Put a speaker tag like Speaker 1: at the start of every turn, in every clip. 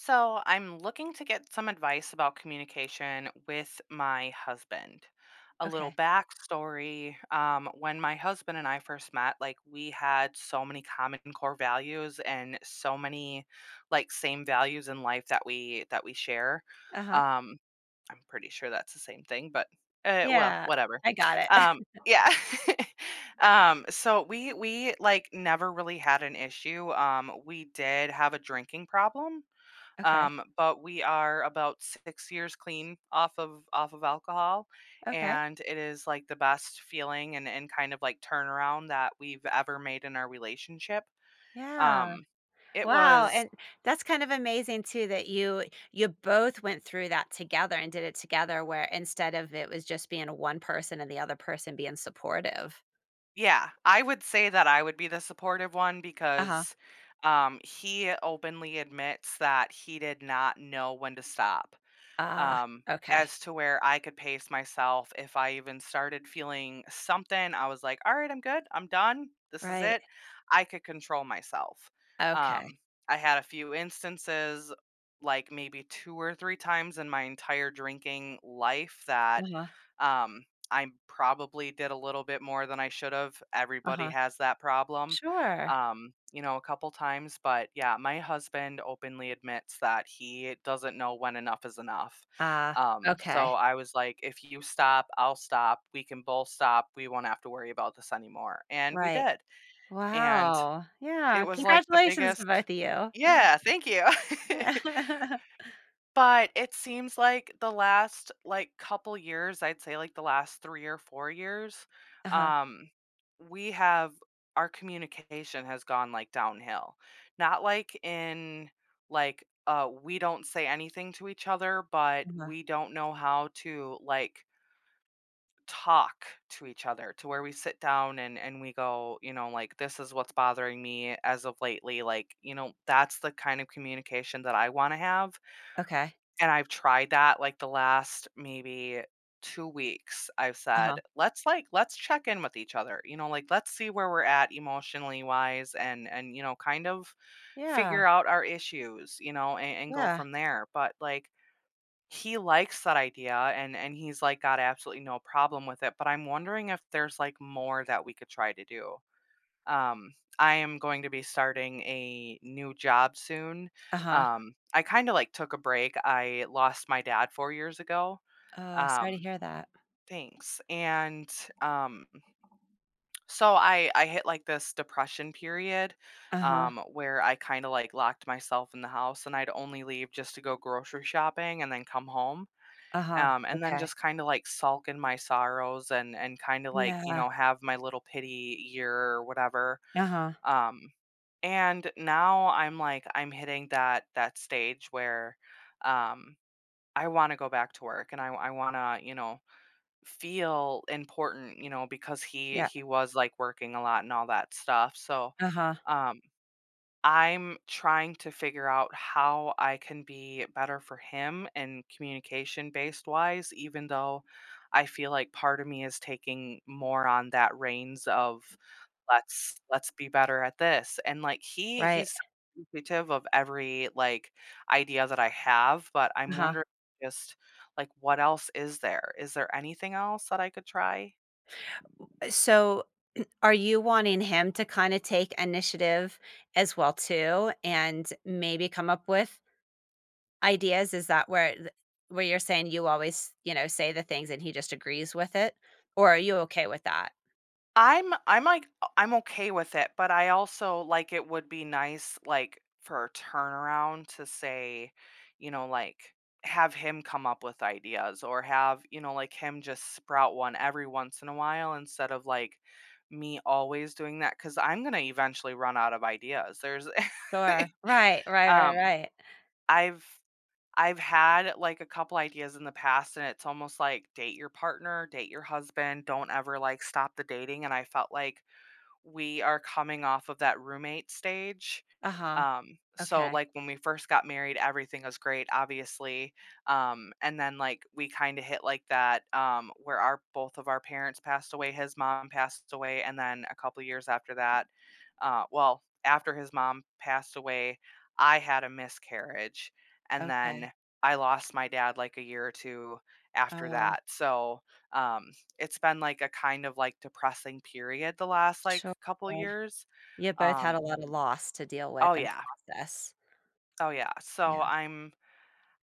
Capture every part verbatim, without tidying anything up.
Speaker 1: So, I'm looking to get some advice about communication with my husband. A little
Speaker 2: Okay.
Speaker 1: backstory. Um, when my husband and I first met, like we had so many common core values and so many like same values in life that we that we share.
Speaker 2: Uh-huh.
Speaker 1: Um, I'm pretty sure that's the same thing, but uh, well,
Speaker 2: Yeah,
Speaker 1: whatever.
Speaker 2: I got it.
Speaker 1: Um, yeah. um, so we we like never really had an issue. Um, we did have a drinking problem
Speaker 2: Okay.
Speaker 1: um, but we are about six years clean off of off of alcohol,
Speaker 2: Okay.
Speaker 1: and it is, like, the best feeling and and kind of, like, turnaround that we've ever made in our relationship.
Speaker 2: Yeah.
Speaker 1: Um, it
Speaker 2: Wow,
Speaker 1: was
Speaker 2: and that's kind of amazing too that you you both went through that together and did it together where instead of it was just being one person and the other person being supportive.
Speaker 1: yeah, I would say that I would be the supportive one
Speaker 2: Uh-huh.
Speaker 1: because, um, he openly admits that he did not know when to stop.
Speaker 2: Ah,
Speaker 1: um,
Speaker 2: okay.
Speaker 1: as to where I could pace myself. If I even started feeling something, I was like, all right, I'm good. I'm done. This is
Speaker 2: Right.
Speaker 1: it. I could control myself.
Speaker 2: Okay.
Speaker 1: Um, I had a few instances, like maybe two or three times in my entire drinking life, that
Speaker 2: Uh-huh.
Speaker 1: um, I probably did a little bit more than I should have. Everybody
Speaker 2: Uh-huh.
Speaker 1: has that problem,
Speaker 2: Sure.
Speaker 1: um, you know, a couple times. But yeah, my husband openly admits that he doesn't know when enough is enough.
Speaker 2: Ah,
Speaker 1: Um,
Speaker 2: okay.
Speaker 1: so I was like, if you stop, I'll stop. We can both stop. We won't have to worry about this anymore. And we
Speaker 2: Right.
Speaker 1: did. And
Speaker 2: Wow. Yeah.
Speaker 1: it was like the
Speaker 2: Congratulations to
Speaker 1: biggest
Speaker 2: both of you. uh
Speaker 1: Yeah, thank you.
Speaker 2: huh.
Speaker 1: But it seems like the last, like, couple years, I'd say, like, the last three or four years,
Speaker 2: Uh-huh.
Speaker 1: um, we have our communication has gone, like, downhill. Not like in, like, uh, we don't say anything to each other, but
Speaker 2: Uh-huh.
Speaker 1: we don't know how to, like, talk to each other to where we sit down and and we go, you know, like, "This is what's bothering me as of lately," like, you know, that's the kind of communication that I wanna have.
Speaker 2: Okay.
Speaker 1: And I've tried that, like, the last maybe two weeks, I've
Speaker 2: Uh-huh.
Speaker 1: said, "Let's, like let's check in with each other," you know, like, "Let's see where we're at emotionally wise and and, you know, kind of
Speaker 2: Yeah.
Speaker 1: figure out our issues," you know, and and go
Speaker 2: Yeah.
Speaker 1: from there, but, like, he likes that idea and and he's, like, got absolutely no problem with it, but I'm wondering if there's, like, more that we could try to do. um, I am going to be starting a new job soon.
Speaker 2: Uh-huh.
Speaker 1: Um, I kind of like took a break. I lost my dad four years ago.
Speaker 2: Oh, sorry to
Speaker 1: Um,
Speaker 2: hear that.
Speaker 1: thanks. And um, so I I hit like this depression period
Speaker 2: Uh-huh.
Speaker 1: um, where I kind of like locked myself in the house and I'd only leave just to go grocery shopping and then come home.
Speaker 2: Uh-huh.
Speaker 1: Um, and then
Speaker 2: Okay.
Speaker 1: just kind of like sulk in my sorrows and and kind of like you
Speaker 2: Yeah.
Speaker 1: know have my little pity year or whatever.
Speaker 2: Uh-huh.
Speaker 1: Um, and now I'm like I'm hitting that that stage where um I want to go back to work and I I want to, you know, feel important, you know, because he
Speaker 2: Yeah.
Speaker 1: he was like working a lot and all that stuff. So,
Speaker 2: Uh-huh.
Speaker 1: um I'm trying to figure out how I can be better for him and communication based wise even though I feel like part of me is taking more on that reins of "Let's let's be better at this," and, like, he
Speaker 2: Right.
Speaker 1: he's so appreciative of every, like, idea that I have, but I'm
Speaker 2: Uh-huh.
Speaker 1: wondering just, like, what else is there? Is there anything else that I could try?
Speaker 2: So are you wanting him to kind of take initiative as well too and maybe come up with ideas? Is that where th- where you're saying you always, you know, say the things and he just agrees with it? Or are you okay with that?
Speaker 1: I'm I'm like I'm okay with it, but I also like it would be nice like for a turnaround to say, you know, like have him come up with ideas or have, you know, like him just sprout one every once in a while instead of like me always doing that cuz I'm going to eventually run out of ideas. There's
Speaker 2: Sure. Right. Right. Right.
Speaker 1: um
Speaker 2: Right.
Speaker 1: I've I've had like a couple ideas in the past and it's almost like date your partner, date your husband, don't ever like stop the dating and I felt like we are coming off of that roommate stage.
Speaker 2: Uh-huh.
Speaker 1: Um, so
Speaker 2: Okay.
Speaker 1: like when we first got married, everything was great, obviously. Um, and then like we kind of hit like that um, where our both of our parents passed away. His mom passed away, and then a couple years after that, uh, well, after his mom passed away, I had a miscarriage, and
Speaker 2: Okay.
Speaker 1: then I lost my dad like a year or two after
Speaker 2: Oh,
Speaker 1: that. So um, it's been, like, a kind of, like, depressing period the last, like,
Speaker 2: sure.
Speaker 1: couple years.
Speaker 2: You both had
Speaker 1: Um
Speaker 2: a lot of loss to deal
Speaker 1: Oh,
Speaker 2: with and
Speaker 1: yeah.
Speaker 2: process.
Speaker 1: Oh, yeah. So
Speaker 2: Yeah.
Speaker 1: I'm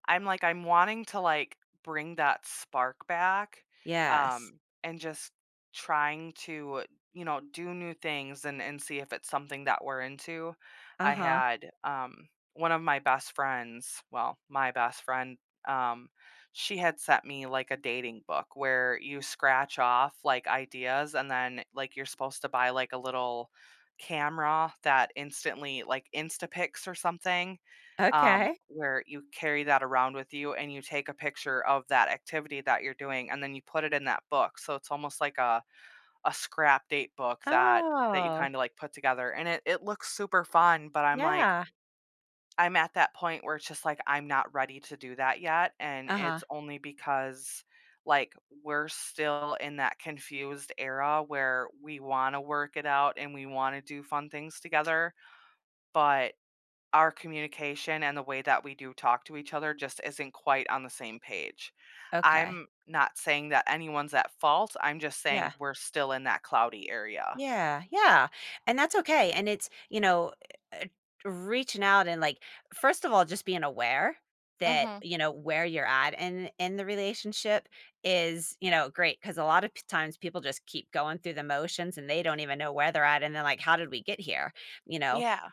Speaker 1: I'm like, I'm wanting to like bring that spark back,
Speaker 2: Yes.
Speaker 1: um, and just trying to, you know, do new things and and see if it's something that we're into. I
Speaker 2: Uh-huh.
Speaker 1: had um one of my best friends, well, my best friend, um, she had sent me like a dating book where you scratch off like ideas and then like you're supposed to buy like a little camera that instantly like instapics or something um,
Speaker 2: Okay.
Speaker 1: where you carry that around with you and you take a picture of that activity that you're doing and then you put it in that book. So it's almost like a, a scrap date book that that you
Speaker 2: Oh,
Speaker 1: kind of like put together and it, it looks super fun, but I'm like,
Speaker 2: yeah.
Speaker 1: I'm at that point where it's just like I'm not ready to do that yet. And
Speaker 2: Uh-huh.
Speaker 1: it's only because like we're still in that confused era where we want to work it out and we want to do fun things together, but our communication and the way that we do talk to each other just isn't quite on the same page.
Speaker 2: Okay.
Speaker 1: I'm not saying that anyone's at fault. I'm just
Speaker 2: Yeah.
Speaker 1: saying we're still in that cloudy area.
Speaker 2: Yeah. Yeah. And that's okay. And it's, you know, eh, eh, reaching out and, like, first of all, just being aware that,
Speaker 1: Mhm.
Speaker 2: you know, where you're at in in the relationship is, you know, great because a lot of p times people just keep going through the motions and they don't even know where they're at and they're like, "How did we get here?" You know?
Speaker 1: Yeah.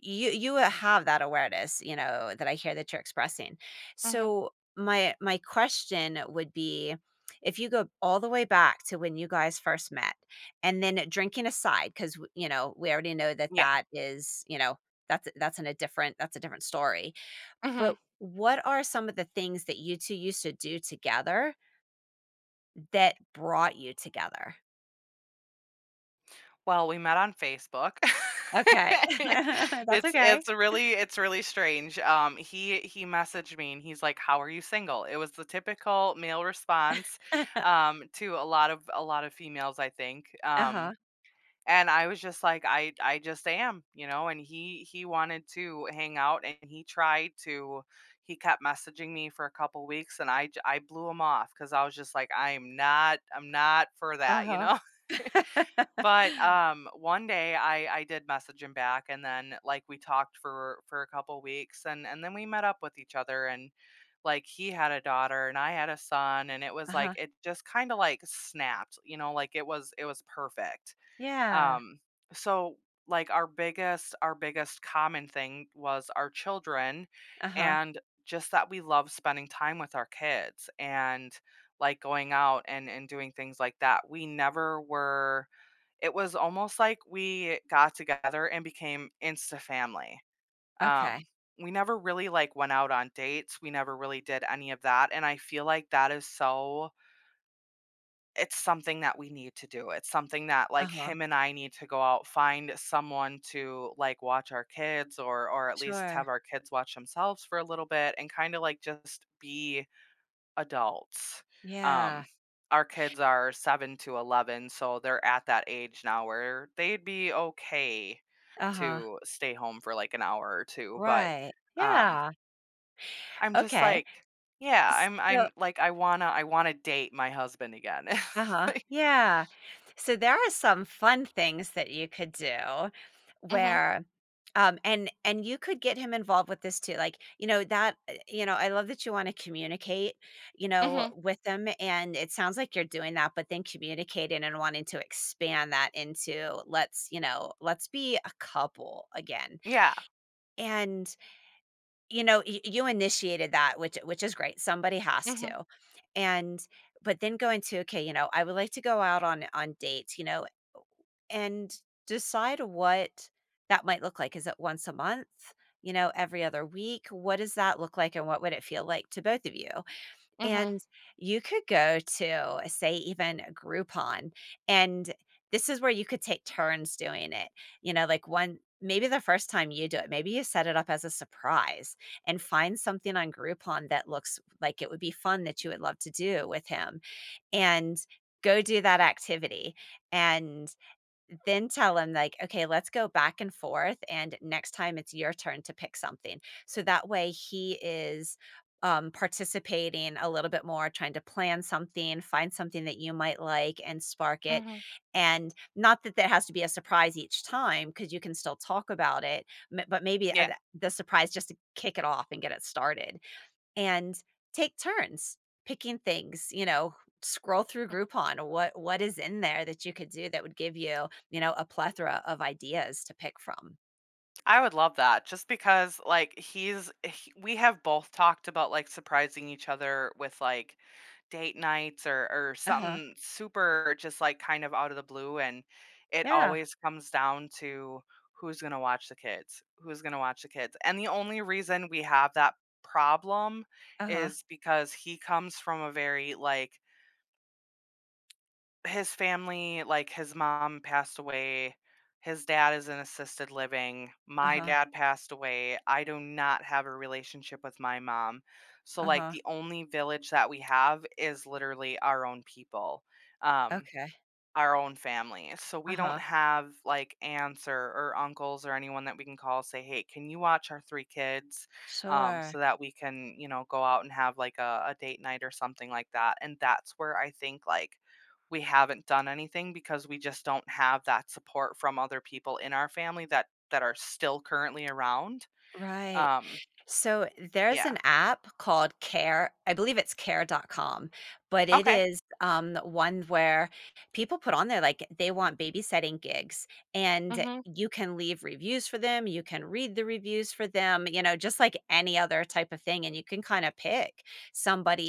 Speaker 2: you you have that awareness, you know, that i hear that you're expressing.
Speaker 1: Mhm.
Speaker 2: So my my question would be, if you go all the way back to when you guys first met, and then drinking aside, because, you know, we already know that
Speaker 1: Yeah.
Speaker 2: that is, you know, that's that's in a different that's a different story.
Speaker 1: Mhm.
Speaker 2: But what are some of the things that you two used to do together that brought you together?
Speaker 1: Well, we met on Facebook.
Speaker 2: Okay. That's
Speaker 1: It's
Speaker 2: okay.
Speaker 1: it's really it's really strange. Um, he he messaged me and he's like, "How are you single?" It was the typical male response,
Speaker 2: Uh-huh.
Speaker 1: um, to a lot of a lot of females, I think. Um And I was just like, I I just am, you know, and he he wanted to hang out and he tried to he kept messaging me for a couple weeks and I j- I blew him off cuz I was just like I'm not I'm not for that, you
Speaker 2: Uh-huh.
Speaker 1: know.
Speaker 2: Uh-huh.
Speaker 1: But um one day I I did message him back and then like we talked for for a couple weeks and and then we met up with each other and like he had a daughter and I had a son and it was like it just kind of like snapped, you know, like it was it was perfect.
Speaker 2: Yeah.
Speaker 1: Um, so like our biggest our biggest common thing was our children
Speaker 2: Uh-huh.
Speaker 1: and just that we love spending time with our kids and like going out and and doing things like that. We never were It was almost like we got together and became insta family.
Speaker 2: Okay.
Speaker 1: Um we never really like went out on dates. We never really did any of that and I feel like that is so it's something that we need to do. It's something that, like,
Speaker 2: Uh-huh.
Speaker 1: him and I need to go out, find someone to, like, watch our kids or or at least have
Speaker 2: Sure.
Speaker 1: our kids watch themselves for a little bit and kinda, like, just be adults. Um,
Speaker 2: Yeah.
Speaker 1: our kids are seven to eleven, so they're at that age now where they'd be okay
Speaker 2: Uh-huh.
Speaker 1: to stay home for, like, an hour or two, but,
Speaker 2: Right.
Speaker 1: um,
Speaker 2: Yeah.
Speaker 1: I'm just
Speaker 2: Okay.
Speaker 1: like yeah, I'm
Speaker 2: So
Speaker 1: I'm like, I wanna I wanna date my husband again.
Speaker 2: uh-huh.
Speaker 1: Like
Speaker 2: Yeah. So there are some fun things that you could do
Speaker 1: Mhm.
Speaker 2: where um and and you could get him involved with this too. Like, you know, that uh, you know, I love that you want to communicate, you know,
Speaker 1: Mhm.
Speaker 2: with them, and it sounds like you're doing that, but then communicating and wanting to expand that into, let's, you know, let's be a couple again.
Speaker 1: Yeah.
Speaker 2: And, you know, y you initiated that, which which is great. Somebody has
Speaker 1: Mhm.
Speaker 2: to. And but then go into, "Okay, you know, I would like to go out on on dates," you know, and decide what that might look like. Is it once a month? You know, every other week? What does that look like, and what would it feel like to both of you?
Speaker 1: Mhm.
Speaker 2: And you could go to, say, even Groupon, and this is where you could take turns doing it. You know, like, one maybe the first time you do it, maybe you set it up as a surprise and find something on Groupon that looks like it would be fun that you would love to do with him and go do that activity. And then tell him like, "Okay, let's go back and forth, and next time it's your turn to pick something." So that way he is, um, participating a little bit more, trying to plan something, find something that you might like and spark it,
Speaker 1: Mhm.
Speaker 2: and not that there has to be a surprise each time, because you can still talk about it, m but maybe, uh,
Speaker 1: Yeah,
Speaker 2: the the surprise just to kick it off and get it started, and take turns picking things, you know, scroll through Groupon. What what is in there that you could do that would give you, you know, a plethora of ideas to pick from?
Speaker 1: I would love that just because, like, he's he we have both talked about, like, surprising each other with, like, date nights or or
Speaker 2: Uh-huh.
Speaker 1: something super just, like, kind of out of the blue, and it
Speaker 2: Yeah.
Speaker 1: always comes down to who's gonna watch the kids, who's gonna watch the kids, and the only reason we have that problem
Speaker 2: Uh-huh.
Speaker 1: is because he comes from a very, like, his family, like, his mom passed away, his dad is in assisted living, my
Speaker 2: Uh-huh.
Speaker 1: dad passed away, I do not have a relationship with my mom. So,
Speaker 2: Uh-huh.
Speaker 1: like,
Speaker 2: Uh-huh.
Speaker 1: the only village that we have is literally our own people. Um
Speaker 2: Okay.
Speaker 1: our own families. So we don't
Speaker 2: Uh-huh.
Speaker 1: have like aunts or, or uncles or anyone that we can call say, hey, can you watch our three kids um,
Speaker 2: Sure.
Speaker 1: so that we can, you know, go out and have like a, a date night or something like that. And that's where I think like we haven't done anything because we just don't have that support from other people in our family that that are still currently around.
Speaker 2: Right.
Speaker 1: Um,
Speaker 2: So there's
Speaker 1: yeah.
Speaker 2: an app called Care. I believe it's care dot com, but it
Speaker 1: Okay.
Speaker 2: is um, one where people put on there like they want babysitting gigs, and
Speaker 1: Mm-hmm.
Speaker 2: you can leave reviews for them. You can read the reviews for them, you know, just like any other type of thing. And you can kind of pick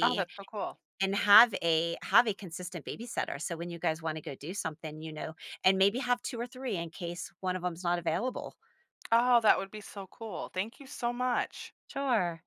Speaker 1: Oh, that's so cool.
Speaker 2: and have a have a consistent babysitter. So when you guys want to go do something, you know, and maybe have two or three in case one of them's not available.
Speaker 1: Oh, that would be so cool. Thank you so much.
Speaker 2: Sure.